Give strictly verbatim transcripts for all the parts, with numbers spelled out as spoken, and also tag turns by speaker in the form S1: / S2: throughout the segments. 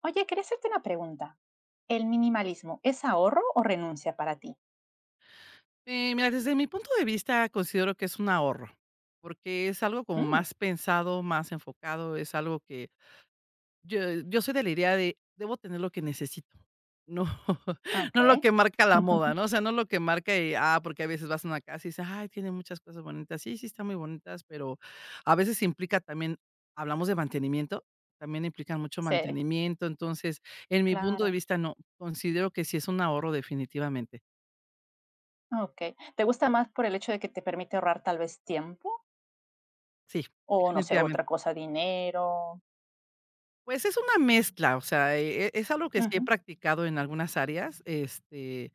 S1: Oye, quería hacerte una pregunta. ¿El minimalismo es ahorro o renuncia para ti?
S2: Eh, mira, desde mi punto de vista considero que es un ahorro, porque es algo como
S1: Mm,
S2: más pensado, más enfocado, es algo que yo, yo soy de la idea de debo tener lo que necesito. No,
S1: ok.
S2: no lo que marca la moda, ¿no? O sea, no lo que marca y, ah, porque a veces vas a una casa y dices: "Ay, tiene muchas cosas bonitas". Sí, sí, están muy bonitas, pero a veces implica también, hablamos de mantenimiento, también implican mucho
S1: Sí,
S2: mantenimiento. Entonces, en mi punto de
S1: claro.
S2: vista, no, considero que sí es un ahorro definitivamente.
S1: Ok. ¿Te gusta más por el hecho de que te permite ahorrar tal vez tiempo
S2: Sí,
S1: o no sé,
S2: definitivamente.
S1: otra cosa, dinero?
S2: Pues es una mezcla, o sea, e e, es algo que sí he
S1: Ujú.
S2: practicado en algunas áreas, este,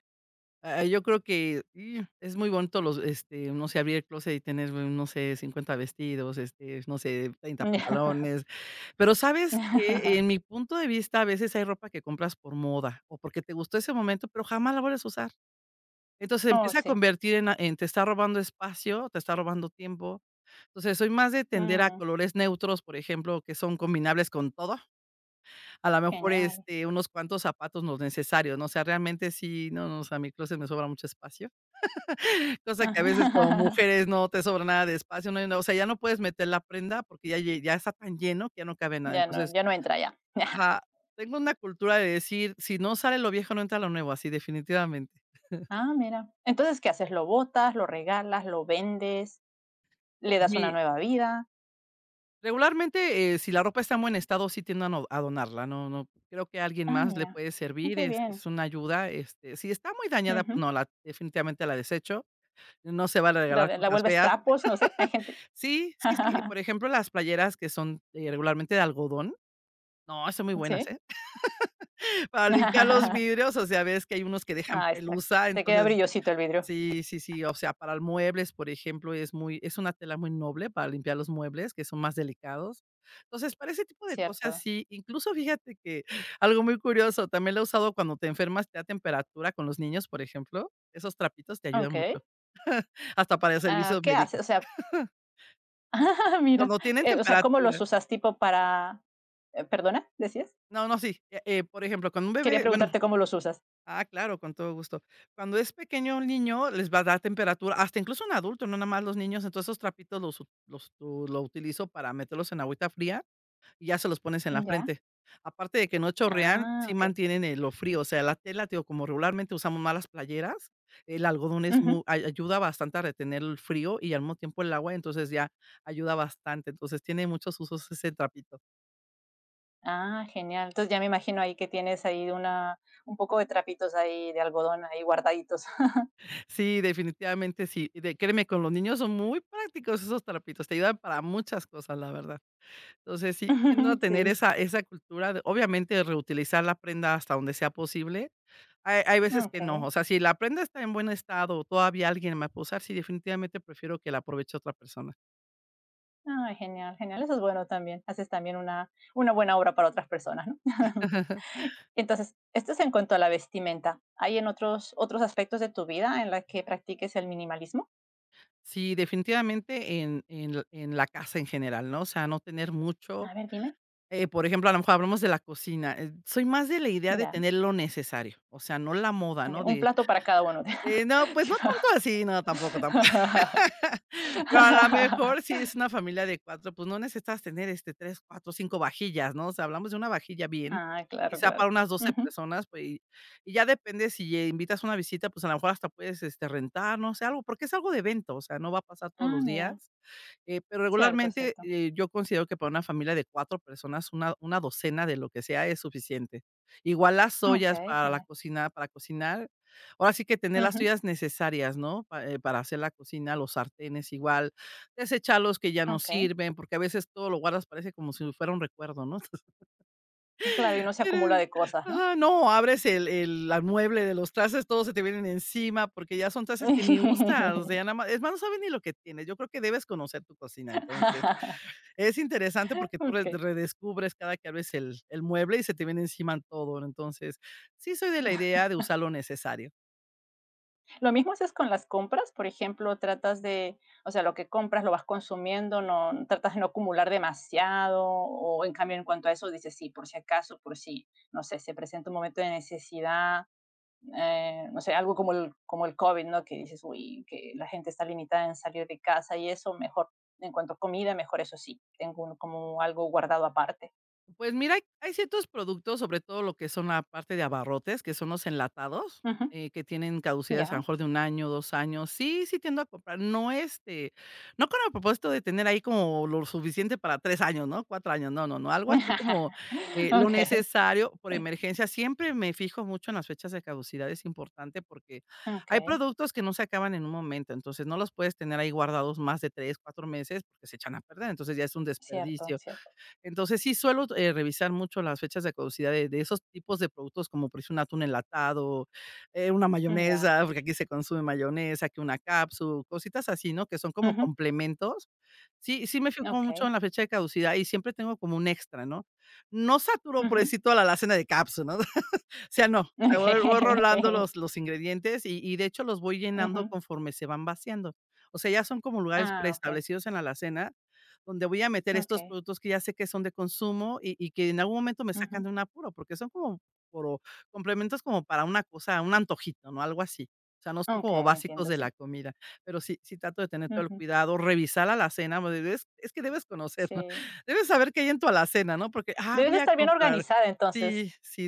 S2: ah, yo creo que, mm, es muy bonito los, este, no sé, abrir el closet y tener, bueno, no sé, cincuenta vestidos, este, no sé, treinta pantalones, pero, ¿sabes que En mi punto de vista, a veces hay ropa que compras por moda o porque te gustó ese momento, pero jamás la vuelves a usar. Entonces, se
S1: Oh,
S2: empieza a
S1: sí.
S2: convertir en a en te está robando espacio, te está robando tiempo. Entonces, soy más de tender a
S1: Mm,
S2: colores neutros, por ejemplo, que son combinables con todo. A lo mejor,
S1: genial.
S2: este, unos cuantos zapatos, los necesarios, ¿no? O sea, realmente sí, no, no, o sea, mi clóset me sobra mucho espacio, cosa que a
S1: Ajá.
S2: veces como mujeres no te sobra nada de espacio, no hay no, o sea, ya no puedes meter la prenda porque ya lle ya está tan lleno que ya no cabe nada.
S1: Ya no,
S2: Entonces
S1: ya no entra ya.
S2: ajá, tengo una cultura de decir: "Si no sale lo viejo, no entra lo nuevo", así definitivamente.
S1: Ah, mira. Entonces, ¿qué haces? ¿Lo botas, lo regalas, lo vendes, le
S2: Pues
S1: das una
S2: mi
S1: nueva vida?
S2: Regularmente, eh, si la ropa está en buen estado, sí tiendo a no a donarla, no no creo que a alguien
S1: Ah,
S2: más le
S1: mira.
S2: puede
S1: Ay,
S2: servir,
S1: qué
S2: es
S1: bien.
S2: es una ayuda, este, si está muy dañada, pues
S1: Ujú.
S2: no, la definitivamente la desecho. No se van a
S1: La
S2: regalar
S1: de la
S2: cosas
S1: vuelves
S2: feas.
S1: trapos, no sé, hay gente.
S2: Sí, sí, sí, por ejemplo, las playeras que son, eh, regularmente de algodón. No, son muy buenas,
S1: Sí.
S2: ¿eh? Para limpiar los vidrios, o sea, ves que hay unos que dejan
S1: Ah, está,
S2: pelusa.
S1: te queda
S2: Entonces
S1: brillosito el vidrio,
S2: sí, sí, sí, o sea, para muebles, por ejemplo, es muy es una tela muy noble para limpiar los muebles, que son más delicados. Entonces, para ese tipo de cosas
S1: cierto.
S2: sí, incluso fíjate que algo muy curioso, también lo he usado cuando te enfermas, te da temperatura con los niños, por ejemplo. Esos trapitos te ayudan
S1: Okey.
S2: mucho, hasta para el
S1: Ah,
S2: servicio
S1: ¿qué
S2: médico,
S1: haces? O sea, mira,
S2: cuando tienen
S1: eh, o sea, ¿cómo los
S2: temperatura.
S1: usas? Tipo para eh, ¿perdona? ¿Decías?
S2: No, no, sí, eh eh, por ejemplo, con un
S1: Quería
S2: bebé, bueno,
S1: preguntarte cómo los usas.
S2: ah, claro, con todo gusto. Cuando es pequeño un niño, les va a dar temperatura, hasta incluso un adulto, no nada más los niños, entonces esos trapitos los ut los tu lo utilizo para meterlos en agüita fría y ya se los pones en la
S1: Ya.
S2: frente. Aparte de que no chorrean,
S1: Ah,
S2: sí
S1: okey.
S2: mantienen, eh, lo frío, o sea, la tela, te digo, como regularmente usamos más las playeras, el algodón es
S1: Ujú.
S2: mu ay ayuda bastante a retener el frío y al mismo tiempo el agua, entonces ya ayuda bastante, entonces tiene muchos usos ese trapito.
S1: Ah, genial. Entonces, ya me imagino ahí que tienes ahí una un poco de trapitos ahí de algodón ahí guardaditos.
S2: Sí, definitivamente sí. Y de créeme, con los niños son muy prácticos esos trapitos, te ayudan para muchas cosas, la verdad. Entonces, sí, tiendo a tener
S1: Sí,
S2: esa esa cultura de, obviamente, de reutilizar la prenda hasta donde sea posible. Hay hay veces que no,
S1: okey.
S2: o sea, si la prenda está en buen estado, o todavía alguien me puede usar, sí, definitivamente prefiero que la aproveche otra persona.
S1: Ay, genial, genial. Eso es bueno también. Haces también una, una buena obra para otras personas, ¿no? Entonces, esto es en cuanto a la vestimenta. ¿Hay en otros, otros aspectos de tu vida en la que practiques el minimalismo?
S2: Sí, definitivamente en en l en la casa en general, ¿no? O sea, no tener mucho,
S1: A ver, dime.
S2: eh, por ejemplo, a lo mejor hablamos de la cocina, eh, soy más de la idea de
S1: Ya.
S2: tener lo necesario, o sea, no la moda,
S1: Ok,
S2: ¿no?
S1: un
S2: De
S1: plato para cada uno.
S2: Eh, no, pues no tanto así, no, tampoco, tampoco. Pero a la mejor si es una familia de cuatro pues no necesitas tener, este, tres cuatro cinco vajillas, ¿no? O sea, hablamos de una vajilla bien,
S1: Ah, claro,
S2: quizá para
S1: claro.
S2: unas doce
S1: Ujú.
S2: personas, pues, y y ya depende si, eh, invitas una visita, pues, a lo mejor hasta puedes, este, rentar, no sé, algo, porque es algo de evento, o sea, no va a pasar todos
S1: Ah,
S2: los
S1: mira.
S2: días. Eh, pero
S1: Cierto,
S2: regularmente,
S1: cierto.
S2: eh, yo considero que para una familia de cuatro personas, una una docena de lo que sea es suficiente. Igual las
S1: Ok,
S2: ollas para la
S1: genial.
S2: cocina para cocinar, ahora sí que tener las
S1: Ujú.
S2: ollas necesarias, ¿no? Pa eh, para hacer la cocina, los sartenes igual, desechar los que ya no
S1: Ok.
S2: sirven, porque a veces todo lo guardas, parece como si fuera un recuerdo, ¿no?
S1: Claro, y no se
S2: Tienes
S1: acumula de cosas, ¿no?
S2: ajá, no, abres el el la mueble de los trastes, todos se te vienen encima, porque ya son trastes que ni usas, o sea, nada más es más, no sabes ni lo que tienes. Yo creo que debes conocer tu cocina, entonces es interesante porque tú re
S1: Ok.
S2: redescubres cada que abres el el mueble y se te viene encima todo, ¿no? Entonces, sí soy de la idea de usar lo necesario.
S1: Lo mismo haces con las compras, por ejemplo, tratas de, o sea, lo que compras lo vas consumiendo, no tratas de no acumular demasiado, o en cambio en cuanto a eso dices, sí, por si acaso, por si, no sé, se presenta un momento de necesidad, eh, no sé, algo como el, como el COVID, ¿no? Que dices, uy, que la gente está limitada en salir de casa y eso, mejor, en cuanto a comida, mejor eso sí, tengo un- como algo guardado aparte.
S2: Pues mira, hay hay ciertos productos, sobre todo lo que son la parte de abarrotes, que son los enlatados,
S1: Ujú.
S2: eh, que tienen caducidades
S1: Ya.
S2: a lo mejor de un año, dos años. Sí, sí tiendo a comprar, no, este, no con el propósito de tener ahí como lo suficiente para tres años, ¿no? Cuatro años, no, no, no, algo así como, eh, lo
S1: Ok,
S2: necesario por emergencia. Siempre me fijo mucho en las fechas de caducidad, es importante porque
S1: ok,
S2: hay productos que no se acaban en un momento, entonces no los puedes tener ahí guardados más de tres, cuatro meses porque se echan a perder, entonces ya es un
S1: cierto,
S2: desperdicio.
S1: cierto.
S2: Entonces, sí suelo, eh, revisar mucho las fechas de caducidad de de esos tipos de productos, como por ejemplo un atún enlatado, eh, una
S1: Ya.
S2: mayonesa, porque aquí se consume mayonesa, que una cápsula, cositas así, ¿no? Que son como
S1: Ujú.
S2: complementos. Sí, sí me fijo
S1: Ok.
S2: mucho en la fecha de caducidad y siempre tengo como un extra, ¿no? No saturo, por
S1: Ujú.
S2: decir, toda la alacena de cápsulas, ¿no? O sea, no, o sea, voy voy rolando
S1: Okay.
S2: los los ingredientes y y de hecho los voy llenando
S1: Ujú.
S2: conforme se van vaciando. O sea, ya son como lugares
S1: Ah, okay.
S2: preestablecidos en la alacena donde voy a meter estos
S1: Okay.
S2: productos que ya sé que son de consumo y y que en algún momento me sacan
S1: Ujú.
S2: de un apuro, porque son como por complementos como para una cosa, un antojito, ¿no? Algo así. O sea, no son como
S1: Okay,
S2: básicos
S1: entiendo,
S2: de la
S1: sí.
S2: comida, pero sí sí trato de tener todo el
S1: Ujú.
S2: cuidado, revisar la alacena, bueno, es es que debes conocer, ¿no?
S1: Sí.
S2: Debes saber qué hay en tu alacena, ¿no? Porque, ah,
S1: Debes
S2: voy a
S1: estar bien
S2: comprar.
S1: organizada, entonces.
S2: Sí, sí,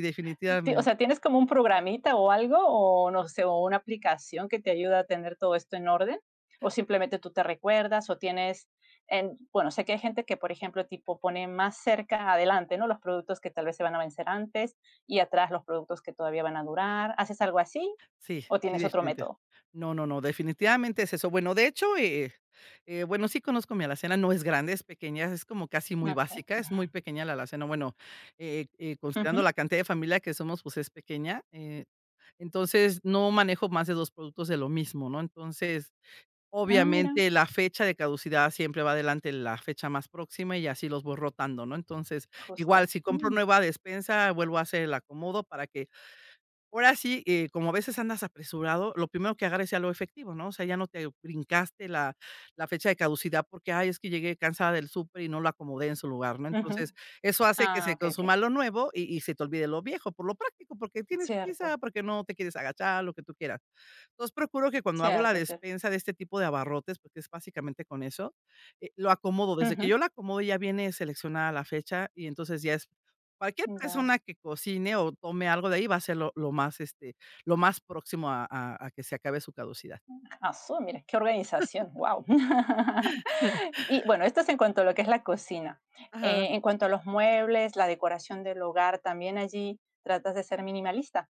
S1: Ti o
S2: definitivamente.
S1: sea, ¿tienes como un programita o algo, o no sé, o una aplicación que te ayuda a tener todo esto en orden? ¿O simplemente tú te recuerdas o tienes en bueno, sé que hay gente que, por ejemplo, tipo pone más cerca adelante, ¿no?, los productos que tal vez se van a vencer antes y atrás los productos que todavía van a durar, ¿haces algo así
S2: Sí,
S1: o
S2: sí,
S1: tienes otro
S2: definitivamente.
S1: método?
S2: No, no, no, definitivamente es eso. Bueno, de hecho, eh eh, bueno, sí conozco mi alacena, no es grande, es pequeña, es como casi muy
S1: Okay.
S2: básica, es muy pequeña la alacena. Bueno, eh eh, considerando
S1: Ujú.
S2: la cantidad de familia que somos, pues es pequeña, eh, entonces no manejo más de dos productos de lo mismo, ¿no? Entonces,
S1: Ah, mira,
S2: obviamente, la fecha de caducidad siempre va adelante la fecha más próxima y así los voy rotando, ¿no? Entonces, igual
S1: justo.
S2: si compro
S1: Mm,
S2: nueva despensa, vuelvo a hacer el acomodo para que ahora sí, eh, como a veces andas apresurado, lo primero que agarres sea lo efectivo, ¿no? O sea, ya no te brincaste la la fecha de caducidad porque: "Ay, es que llegué cansada del súper y no lo acomodé en su lugar", ¿no?
S1: ujú.
S2: Entonces, eso hace que
S1: Ah,
S2: se
S1: okey, okey.
S2: consuma lo nuevo y y se te olvide lo viejo, por lo práctico, porque tienes
S1: Cierto,
S2: prisa, porque no te quieres agachar, lo que tú quieras. Entonces, procuro que cuando hago la
S1: cierto, cierto.
S2: despensa de este tipo de abarrotes, porque es básicamente con eso, eh, lo acomodo. Desde que
S1: Ujú,
S2: yo lo acomodo, ya viene seleccionada la fecha y entonces ya es cualquier
S1: ya.
S2: persona que cocine o tome algo de ahí va a ser lo, lo más, este, lo más próximo a, a- a que se acabe su caducidad.
S1: Asu, mira, qué organización. Wow. Y bueno, esto es en cuanto a lo que es la cocina.
S2: Ajá.
S1: Eh, en cuanto a los muebles, la decoración del hogar, ¿también allí tratas de ser minimalista?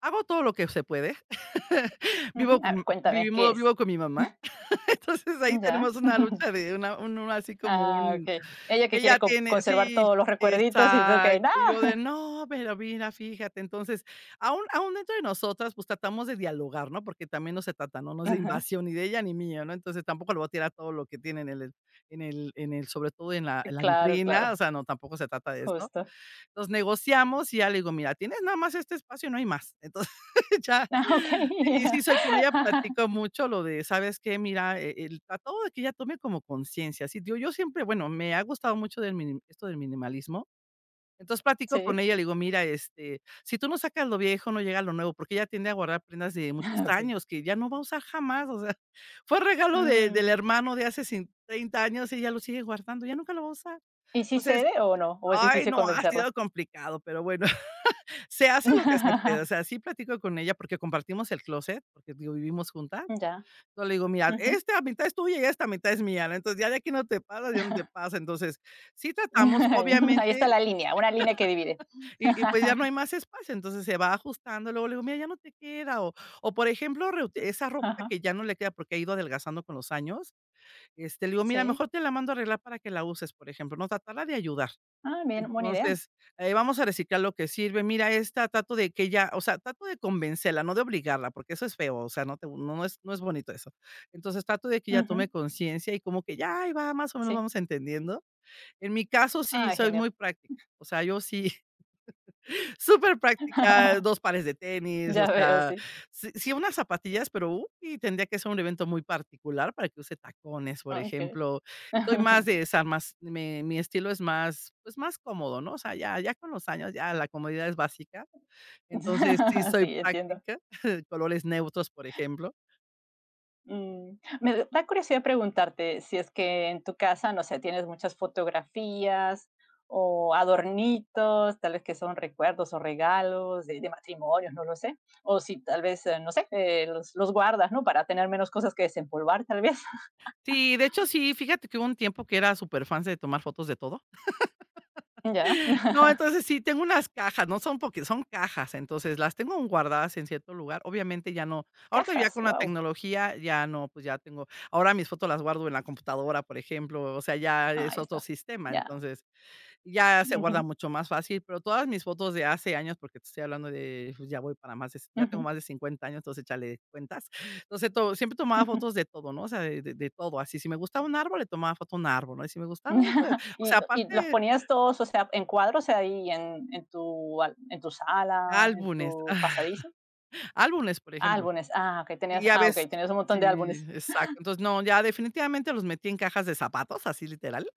S2: Hago todo lo que se puede. Vivo,
S1: Ujú. A
S2: con,
S1: ver, cuéntame, ¿qué
S2: vivimos,
S1: es?
S2: vivo con mi mamá. Entonces ahí
S1: Ya.
S2: tenemos una lucha de una, un- un- así como
S1: Ah,
S2: un
S1: okey. Ella que quiere
S2: Ella
S1: co
S2: tiene
S1: conservar
S2: sí,
S1: todos los recuerditos y tú que:
S2: exacto.
S1: "¡No!".
S2: Y yo de: "No, pero mira, fíjate". Entonces, aún aún dentro de nosotras, pues, tratamos de dialogar, ¿no? Porque también no se trata, ¿no? No es de
S1: Ajá.
S2: invasión ni de ella ni mío, ¿no? Entonces, tampoco le voy a tirar todo lo que tiene en el en el en el sobre todo en la en la
S1: Claro,
S2: vitrina,
S1: claro,
S2: o sea, no, tampoco se trata de eso.
S1: justo.
S2: Los negociamos y ya le digo: "Mira, tienes nada más este espacio, no hay más". Entonces, ya.
S1: Ah, okey.
S2: Y y sí soy con ella platico mucho lo de: "¿Sabes qué? Mira, eh, el trato de que ella tome como conciencia". Sí, digo, yo siempre, bueno, me ha gustado mucho del minim esto del minimalismo. Entonces, platico
S1: Sí,
S2: con ella, le digo: "Mira, este, si tú no sacas lo viejo, no llega lo nuevo", porque ella tiende a guardar prendas de muchos
S1: okey.
S2: años que ya no va a usar jamás, o sea, fue regalo de del
S1: Mm,
S2: hermano de hace cin treinta años, y ella lo sigue guardando, ya nunca lo va a usar.
S1: ¿y si
S2: Entonces,
S1: cede o no? ¿O es
S2: ay,
S1: difícil
S2: no, ha sido
S1: convencerla?
S2: complicado, pero bueno. Se hace lo que se puede, o sea, sí platico con ella porque compartimos el closet porque, digo, vivimos juntas.
S1: Ya,
S2: Yo le digo: "Mira,
S1: ujú.
S2: esta mitad es tuya y esta mitad es mía, ¿no? Entonces, ya de aquí no te pasas, ya no te pasa". Entonces, sí tratamos,
S1: Ahí está
S2: obviamente,
S1: la línea, una línea que divide.
S2: y y pues ya no hay más espacio, entonces se va ajustando. Luego le digo: "Mira, ya no te queda", o o, por ejemplo, reute esa ropa
S1: Ajá,
S2: que ya no le queda porque ha ido adelgazando con los años, este, le digo: "Mira,
S1: sí.
S2: mejor te la mando a arreglar para que la uses", por ejemplo, ¿no? Tratarla de ayudar.
S1: Ah, bien, buena idea.
S2: Entonces, eh, vamos a reciclar lo que sirve. Mira, esta trato de que ella, o sea, trato de convencerla, no de obligarla, porque eso es feo, o sea, no te no no es no es bonito eso. Entonces, trato de que ella
S1: Ujú,
S2: tome conciencia y como que ya ahí va, más o menos
S1: sí.
S2: vamos entendiendo. En mi caso, sí
S1: Ah,
S2: soy
S1: genial.
S2: muy práctica, o sea, yo sí. Súper práctica, dos pares de tenis, o
S1: Ya veo,
S2: sea,
S1: sí.
S2: sí sí unas zapatillas, pero, uh, y tendría que ser un evento muy particular para que use tacones, por
S1: Okey.
S2: ejemplo. Soy más de esa, más me mi estilo es más, pues, más cómodo, ¿no? O sea, ya ya con los años, ya la comodidad es básica. Entonces, sí soy
S1: Sí, entiendo.
S2: práctica, colores neutros, por ejemplo.
S1: Mm, me da curiosidad preguntarte si es que en tu casa, no sé, tienes muchas fotografías o adornitos, tal vez que son recuerdos o regalos de, de matrimonios, no lo sé, o si tal vez, eh, no sé, eh, los, los guardas, ¿no? Para tener menos cosas que desempolvar, tal vez.
S2: Sí, de hecho, sí, fíjate que hubo un tiempo que era súper fan de tomar fotos de todo.
S1: Ya,
S2: No, entonces sí, tengo unas cajas, no son porque son cajas, entonces las tengo aún guardadas en cierto lugar. Obviamente ya no, ahorita ya
S1: cajas,
S2: con la
S1: wow.
S2: tecnología ya no, pues ya tengo ahora mis fotos, las guardo en la computadora, por ejemplo, o sea, ya es
S1: Ahí
S2: otro
S1: está.
S2: sistema,
S1: Ya.
S2: entonces ya se guarda
S1: Ujú,
S2: mucho más fácil, pero todas mis fotos de hace años, porque te estoy hablando de, pues ya voy para más de, ya tengo
S1: ujú,
S2: más de cincuenta años, entonces échale cuentas. Entonces, to siempre tomaba
S1: ujú.
S2: fotos de todo, ¿no? O sea, de de de todo, así, si me gustaba un árbol, le tomaba foto a un árbol, ¿no? Y si me gustaba esto, o
S1: ¿Y,
S2: sea,
S1: y los
S2: aparte
S1: ponías todos, o sea, en cuadros, ahí en, en tu, al- en tu sala, en
S2: álbumes.
S1: tu pasadizo?
S2: Álbumes, por ejemplo.
S1: Álbumes, ah, okey,
S2: Y
S1: tenías,
S2: ya
S1: ah, okay,
S2: ves
S1: tenías un montón de
S2: sí,
S1: álbumes.
S2: exacto. Entonces, no, ya definitivamente los metí en cajas de zapatos, así literal.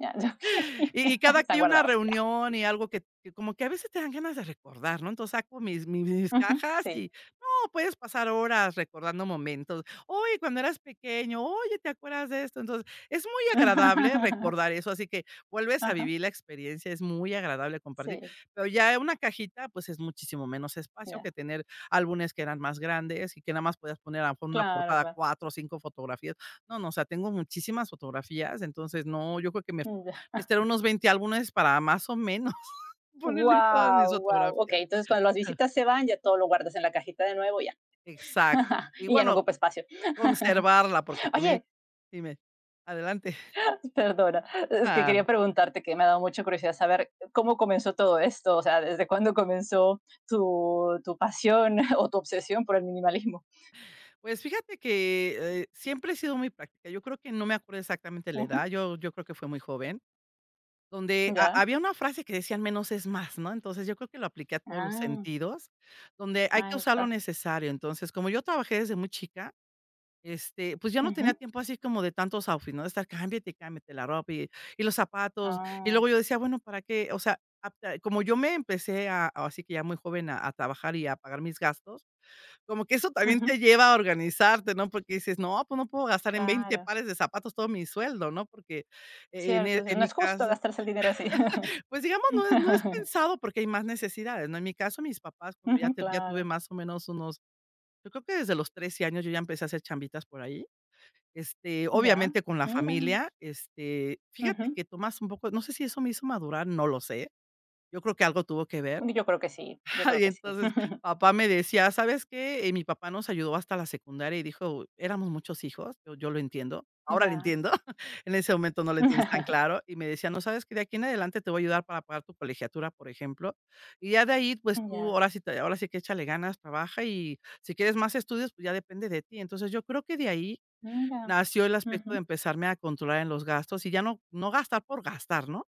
S1: Ya, ya, okey,
S2: Y y cada que
S1: están
S2: hay una
S1: guardados, ya.
S2: reunión y algo que que como que a veces te dan ganas de recordar, ¿no? Entonces, saco mis mi mis
S1: Ujú,
S2: cajas
S1: sí.
S2: y, no, puedes pasar horas recordando momentos. Oye, cuando eras pequeño, oye, ¿te acuerdas de esto? Entonces, es muy agradable recordar eso, así que vuelves a
S1: Ajá,
S2: vivir la experiencia, es muy agradable compartir,
S1: sí,
S2: pero ya una cajita, pues, es muchísimo menos espacio
S1: ya,
S2: que tener álbumes que eran más grandes y que nada más podías poner a lo mejor una
S1: claro,
S2: portada,
S1: claro,
S2: cuatro o cinco fotografías. No, no, o sea, tengo muchísimas fotografías, entonces no, yo creo que me
S1: mm, ya.
S2: este, eran unos veinte álbumes para más o menos ponerle todas mis
S1: Wow, wow,
S2: fotografías.
S1: okey, entonces, cuando las visitas se van, ya todo lo guardas en la cajita de nuevo, ya,
S2: Exacto. Y
S1: y ya no
S2: bueno,
S1: ocupa espacio.
S2: conservarla, porque también
S1: Oye,
S2: dime. Adelante.
S1: perdona, es que
S2: Ah, no.
S1: quería preguntarte, que me ha dado mucha curiosidad saber cómo comenzó todo esto, o sea, ¿desde cuándo comenzó tu tu pasión o tu obsesión por el minimalismo?
S2: Pues fíjate que, eh, siempre he sido muy práctica. Yo creo que no me acuerdo exactamente la edad,
S1: Ujú,
S2: yo yo creo que fue muy joven, donde ha
S1: ya.
S2: había una frase que decían: "Menos es más", ¿no? Entonces, yo creo que lo apliqué a todos los
S1: Ah.
S2: sentidos, donde hay que
S1: Ahí
S2: usar lo
S1: está.
S2: necesario. Entonces, como yo trabajé desde muy chica. Este, pues, yo no tenía
S1: Ujú.
S2: tiempo así como de tantos outfits, ¿no? De estar cámbiate cámbiate la ropa y y los zapatos. Y
S1: Ah,
S2: luego yo decía: "Bueno, ¿para qué?". O sea, ap ta como yo me empecé a a- así que ya muy joven a a trabajar y a pagar mis gastos, como que eso también te
S1: ujú,
S2: lleva a organizarte, ¿no? Porque dices: "No, pues, no puedo gastar en veinte
S1: claro.
S2: pares de zapatos todo mi sueldo", ¿no? Porque en e
S1: Cierto, cier
S2: en
S1: no
S2: mi
S1: es justo
S2: caso,
S1: gastarse el dinero así.
S2: pues, digamos, no es no es pensado porque hay más necesidades, ¿no? En mi caso, mis papás, cuando ya
S1: Ujú,
S2: te ya tuve
S1: claro.
S2: más o menos unos, yo creo que desde los trece años yo ya empecé a hacer chambitas por ahí. Este,
S1: Ya,
S2: obviamente con la
S1: mira.
S2: familia, este, fíjate
S1: Ujú.
S2: que tomas un poco no sé si eso me hizo madurar, no lo sé. Yo creo que algo tuvo que ver.
S1: Yo creo que sí, yo creo
S2: Y
S1: que sí.
S2: entonces, papá me decía: "¿Sabes qué?". Eh, mi papá nos ayudó hasta la secundaria y dijo: "Éramos muchos hijos", yo yo lo entiendo, ahora lo
S1: Ya.
S2: entiendo, en ese momento no lo entiendes tan claro, y me decía: "No, ¿sabes que? De aquí en adelante te voy a ayudar para pagar tu colegiatura", por ejemplo, y ya de ahí, pues tú
S1: Ya,
S2: ahora sí te ahora sí que échale ganas, trabaja y si quieres más estudios, pues ya depende de ti. Entonces, yo creo que de ahí
S1: mira.
S2: nació el aspecto de
S1: Ujú.
S2: empezarme a controlar en los gastos y ya no no gastar por gastar, ¿no? O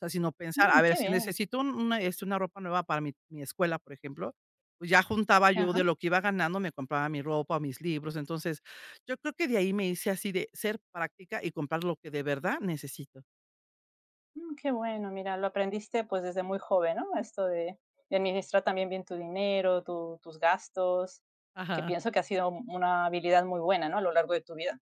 S2: sea, sino pensar, a
S1: Mm,
S2: ver,
S1: qué
S2: si
S1: bien.
S2: necesito un una, este, una ropa nueva para mi mi escuela, por ejemplo, pues ya juntaba yo
S1: Ajá.
S2: de lo que iba ganando, me compraba mi ropa, mis libros. Entonces, yo creo que de ahí me hice así de ser práctica y comprar lo que de verdad necesito.
S1: Mm, qué bueno, mira, lo aprendiste, pues, desde muy joven, ¿no? Esto de de administrar también bien tu dinero, tu tus gastos, que
S2: Ajá.
S1: pienso que ha sido una habilidad muy buena, ¿no? A lo largo de tu vida.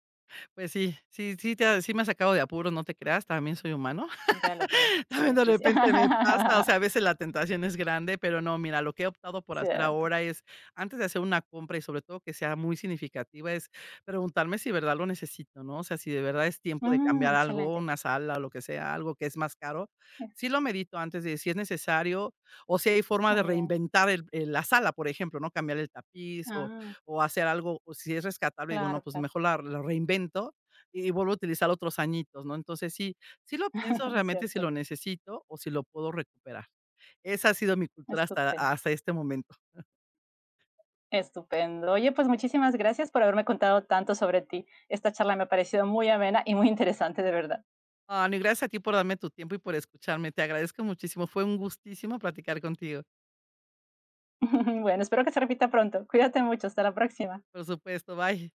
S2: Pues sí, sí sí te ha- sí me ha sacado de apuros, no te creas, también soy humano.
S1: Ya lo creo.
S2: También
S1: Sí,
S2: de
S1: sí, sí.
S2: repente me pasa, o sea, a veces la tentación es grande, pero no, mira, lo que he optado por hacer
S1: Cierto.
S2: ahora es, antes de hacer una compra y sobre todo que sea muy significativa, es preguntarme si de verdad lo necesito, ¿no? O sea, si de verdad es tiempo de
S1: Mm,
S2: cambiar algo,
S1: excelente.
S2: una sala o lo que sea, algo que es más caro, sí lo medito antes de si es necesario o si hay forma
S1: Está
S2: de
S1: bien.
S2: reinventar el- el- la sala, por ejemplo, ¿no? Cambiar el tapiz o,
S1: Ah,
S2: o hacer algo, o si es rescatable, digo, no,
S1: claro,
S2: pues
S1: claro.
S2: mejor la, la reinvento y vuelvo a utilizar otros añitos, ¿no? Entonces sí, sí lo pienso realmente si
S1: Cierto.
S2: lo necesito o si lo puedo recuperar. Esa ha sido mi cultura hasta
S1: Estupendo.
S2: hasta este momento.
S1: Estupendo. Oye, pues muchísimas gracias por haberme contado tanto sobre ti. Esta charla me ha parecido muy amena y muy interesante, de verdad.
S2: Ah, no, y gracias a ti por darme tu tiempo y por escucharme. Te agradezco muchísimo. Fue un gustísimo platicar contigo.
S1: Bueno, espero que se repita pronto. Cuídate mucho. Hasta la próxima.
S2: Por supuesto, bye.